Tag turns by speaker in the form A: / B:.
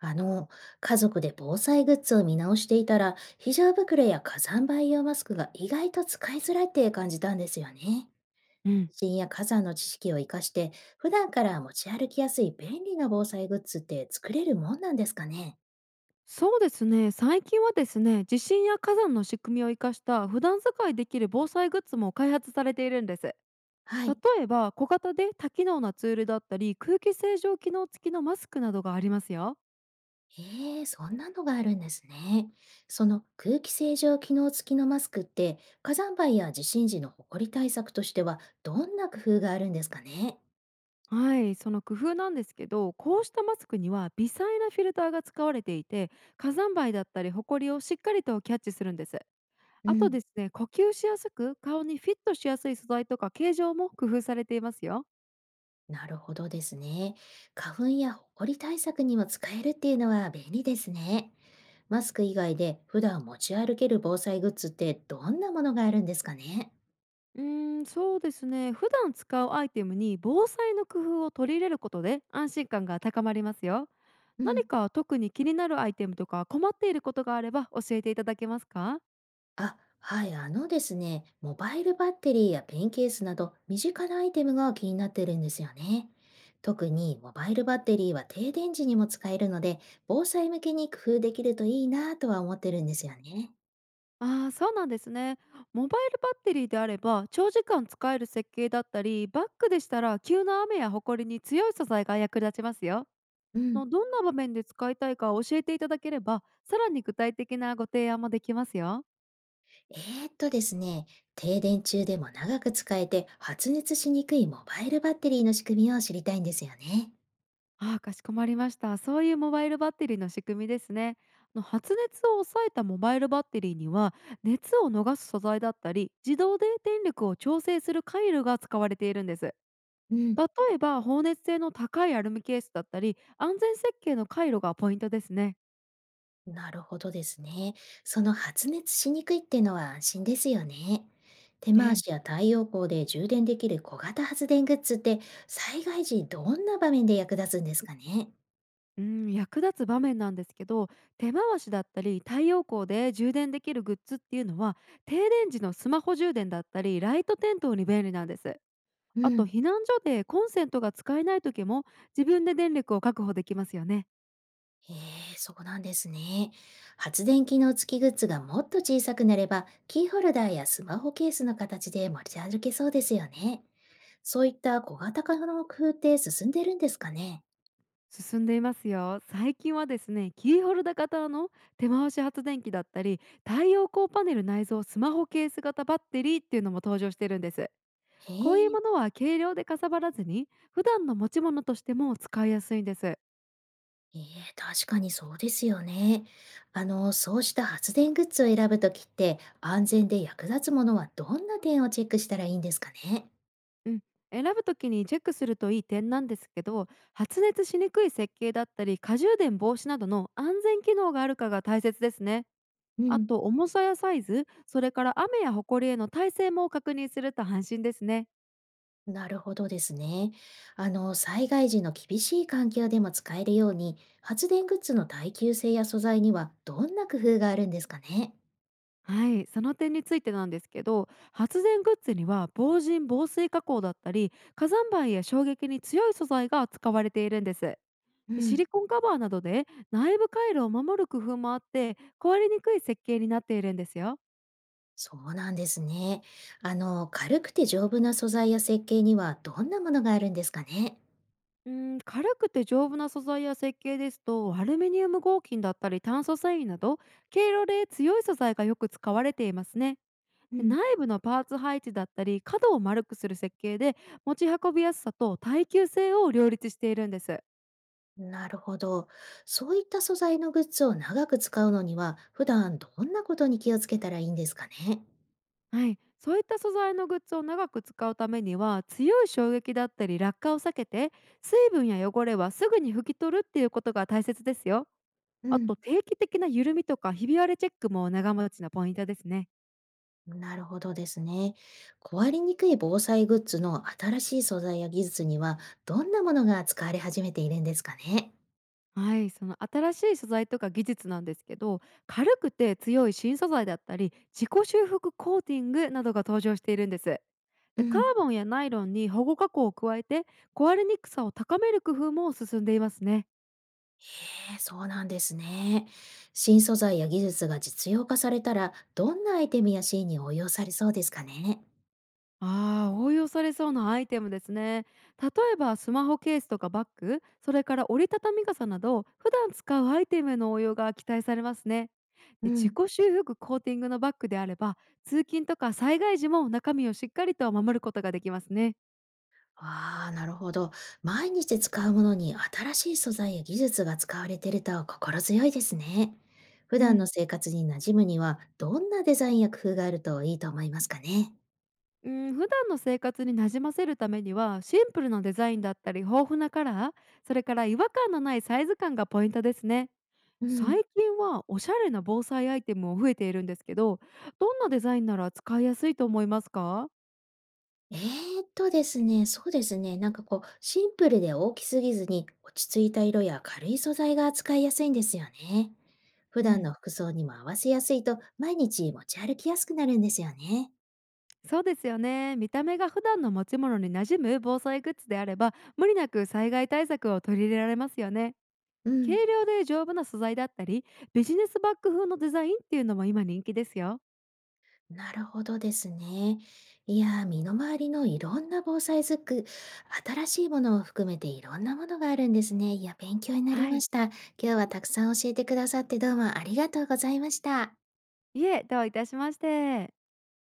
A: あの、家族で防災グッズを見直していたら、非常袋や火山灰用マスクが意外と使いづらいって感じたんですよね。
B: うん、
A: 地震や火山の知識を活かして、普段から持ち歩きやすい便利な防災グッズって作れるもんなんですかね。
B: そうですね。最近はですね、地震や火山の仕組みを生かした普段使いできる防災グッズも開発されているんです。
A: はい。
B: 例えば小型で多機能なツールだったり、空気清浄機能付きのマスクなどがありますよ。
A: ええ、そんなのがあるんですね。その空気清浄機能付きのマスクって、火山灰や地震時の埃対策としては、どんな工夫があるんですかね。
B: はい、その工夫なんですけど、こうしたマスクには微細なフィルターが使われていて、火山灰だったりホコリをしっかりとキャッチするんです。
A: う
B: あと
A: ん。
B: ですね、呼吸しやすく顔にフィットしやすい素材とか形状も工夫されていますよ。
A: なるほどですね。花粉やほこり対策にも使えるっていうのは便利ですね。マスク以外で普段持ち歩ける防災グッズってどんなものがあるんですかね。
B: うーん、そうですね。普段使うアイテムに防災の工夫を取り入れることで安心感が高まりますよ。
A: うん、
B: 何か特に気になるアイテムとか困っていることがあれば教えていただけますか？
A: あ、はい、あのですね、モバイルバッテリーやペンケースなど身近なアイテムが気になってるんですよね。特にモバイルバッテリーは停電時にも使えるので、防災向けに工夫できるといいなぁとは思ってるんですよね。
B: ああー、そうなんですね。モバイルバッテリーであれば長時間使える設計だったり、バッグでしたら急な雨や埃に強い素材が役立ちますよ。
A: うん、
B: のどんな場面で使いたいか教えていただければ、さらに具体的なご提案もできますよ。
A: えーっとですね、停電中でも長く使えて発熱しにくいモバイルバッテリーの仕組みを知りたいんですよね。
B: ああ、かしこまりました。そういうモバイルバッテリーの仕組みですね。あの、発熱を抑えたモバイルバッテリーには、熱を逃す素材だったり自動で電力を調整する回路が使われているんです。
A: うん、
B: 例えば放熱性の高いアルミケースだったり、安全設計の回路がポイントですね。
A: なるほどですね。その発熱しにくいってのは安心ですよね。手回
B: ええ。
A: しや太陽光で充電できる小型発電グッズって災害時どんな場面で役立つんですかね。
B: うん、役立つ場面なんですけど、手回しだったり太陽光で充電できるグッズっていうのは、停電時のスマホ充電だったりライト点灯に便利なんです。
A: う
B: あ
A: ん。
B: と避難所でコンセントが使えない時も、自分で電力を確保できますよね。
A: へえー、そうなんですね。発電機能付きグッズがもっと小さくなれば、キーホルダーやスマホケースの形で持ち歩けそうですよね。そういった小型化の工程進んでるんですかね。
B: 進んでいますよ。最近はですね、キーホルダー型の手回し発電機だったり、太陽光パネル内蔵スマホケース型バッテリーっていうのも登場してるんです。
A: え
B: こういう
A: え、
B: ものは軽量でかさばらずに、普段の持ち物としても使いやすいんです。
A: ええ、確かにそうですよね。そうした発電グッズを選ぶときって、安全で役立つものはどんな点をチェックしたらいいんですかね。
B: うん、選ぶ時にチェックするといい点なんですけど、発熱しにくい設計だったり、過充電防止などの安全機能があるかが大切ですね。
A: う
B: あ
A: ん、
B: と重さやサイズ、それから雨や埃への耐性も確認すると安心ですね。
A: なるほどですね。災害時の厳しい環境でも使えるように、発電グッズの耐久性や素材にはどんな工夫があるんですかね。
B: はい、その点についてなんですけど、発電グッズには防塵防水加工だったり、火山灰や衝撃に強い素材が使われているんです。
A: う
B: シ
A: ん。
B: リコンカバーなどで内部回路を守る工夫もあって、壊れにくい設計になっているんですよ。
A: そうなんですね。軽くて丈夫な素材や設計にはどんなものがあるんですかね。
B: うん、軽くて丈夫な素材や設計ですと、アルミニウム合金だったり炭素繊維など、経路で強い素材がよく使われていますね。
A: う
B: で、
A: ん、
B: 内部のパーツ配置だったり角を丸くする設計で、持ち運びやすさと耐久性を両立しているんです。
A: なるほど。そういった素材のグッズを長く使うのには、普段どんなことに気をつけたらいいんですかね。
B: はい、そういった素材のグッズを長く使うためには、強い衝撃だったり落下を避けて、水分や汚れはすぐに拭き取るっていうことが大切ですよ。
A: う
B: あ
A: ん、
B: と定期的な緩みとかひび割れチェックも長持ちのポイントですね。
A: なるほどですね。壊れにくい防災グッズの新しい素材や技術には、どんなものが使われ始めているんですかね。
B: はい、その新しい素材とか技術なんですけど、軽くて強い新素材だったり自己修復コーティングなどが登場しているんです。で、
A: う
B: カ
A: ん。
B: ーボンやナイロンに保護加工を加えて、壊れにくさを高める工夫も進んでいますね。
A: へえ、そうなんですね。新素材や技術が実用化されたら、どんなアイテムやシーンに応用されそうですかね。
B: ああ、応用されそうなアイテムですね。例えばスマホケースとかバッグ、それから折りたたみ傘など、普段使うアイテムへの応用が期待されますね。
A: う
B: で、自
A: ん。
B: 己修復コーティングのバッグであれば、通勤とか災害時も中身をしっかりと守ることができますね。
A: ああ、なるほど。毎日使うものに新しい素材や技術が使われてると心強いですね。普
B: う
A: 段の
B: ん、
A: 生活に馴染むには、どんなデザインや工夫があるといいと思いますかね。
B: うん、普段の生活に馴染ませるためには、シンプルなデザインだったり、豊富なカラー、それから違和感のないサイズ感がポイントですね。
A: うん。
B: 最近はおしゃれな防災アイテムも増えているんですけど、どんなデザインなら使いやすいと思いますか？
A: えーですね、そうですね、シンプルで大きすぎずに、落ち着いた色や軽い素材が使いやすいんですよね。普
B: う
A: 段
B: ん、
A: の服装にも合わせやすいと、毎日持ち歩きやすくなるんですよね。
B: そうですよね。見た目が普段の持ち物に馴染む防災グッズであれば、無理なく災害対策を取り入れられますよね。
A: う
B: 軽
A: ん。
B: 量で丈夫な素材だったり、ビジネスバッグ風のデザインっていうのも今人気ですよ。
A: なるほどですね。いやー、身の回りのいろんな防災ズック、新しいものを含めていろんなものがあるんですね。いや、勉強になり
B: は
A: ま
B: い。
A: した。今日はたくさん教えてくださってどうもありがとうございました。
B: いえ、どういたしまして。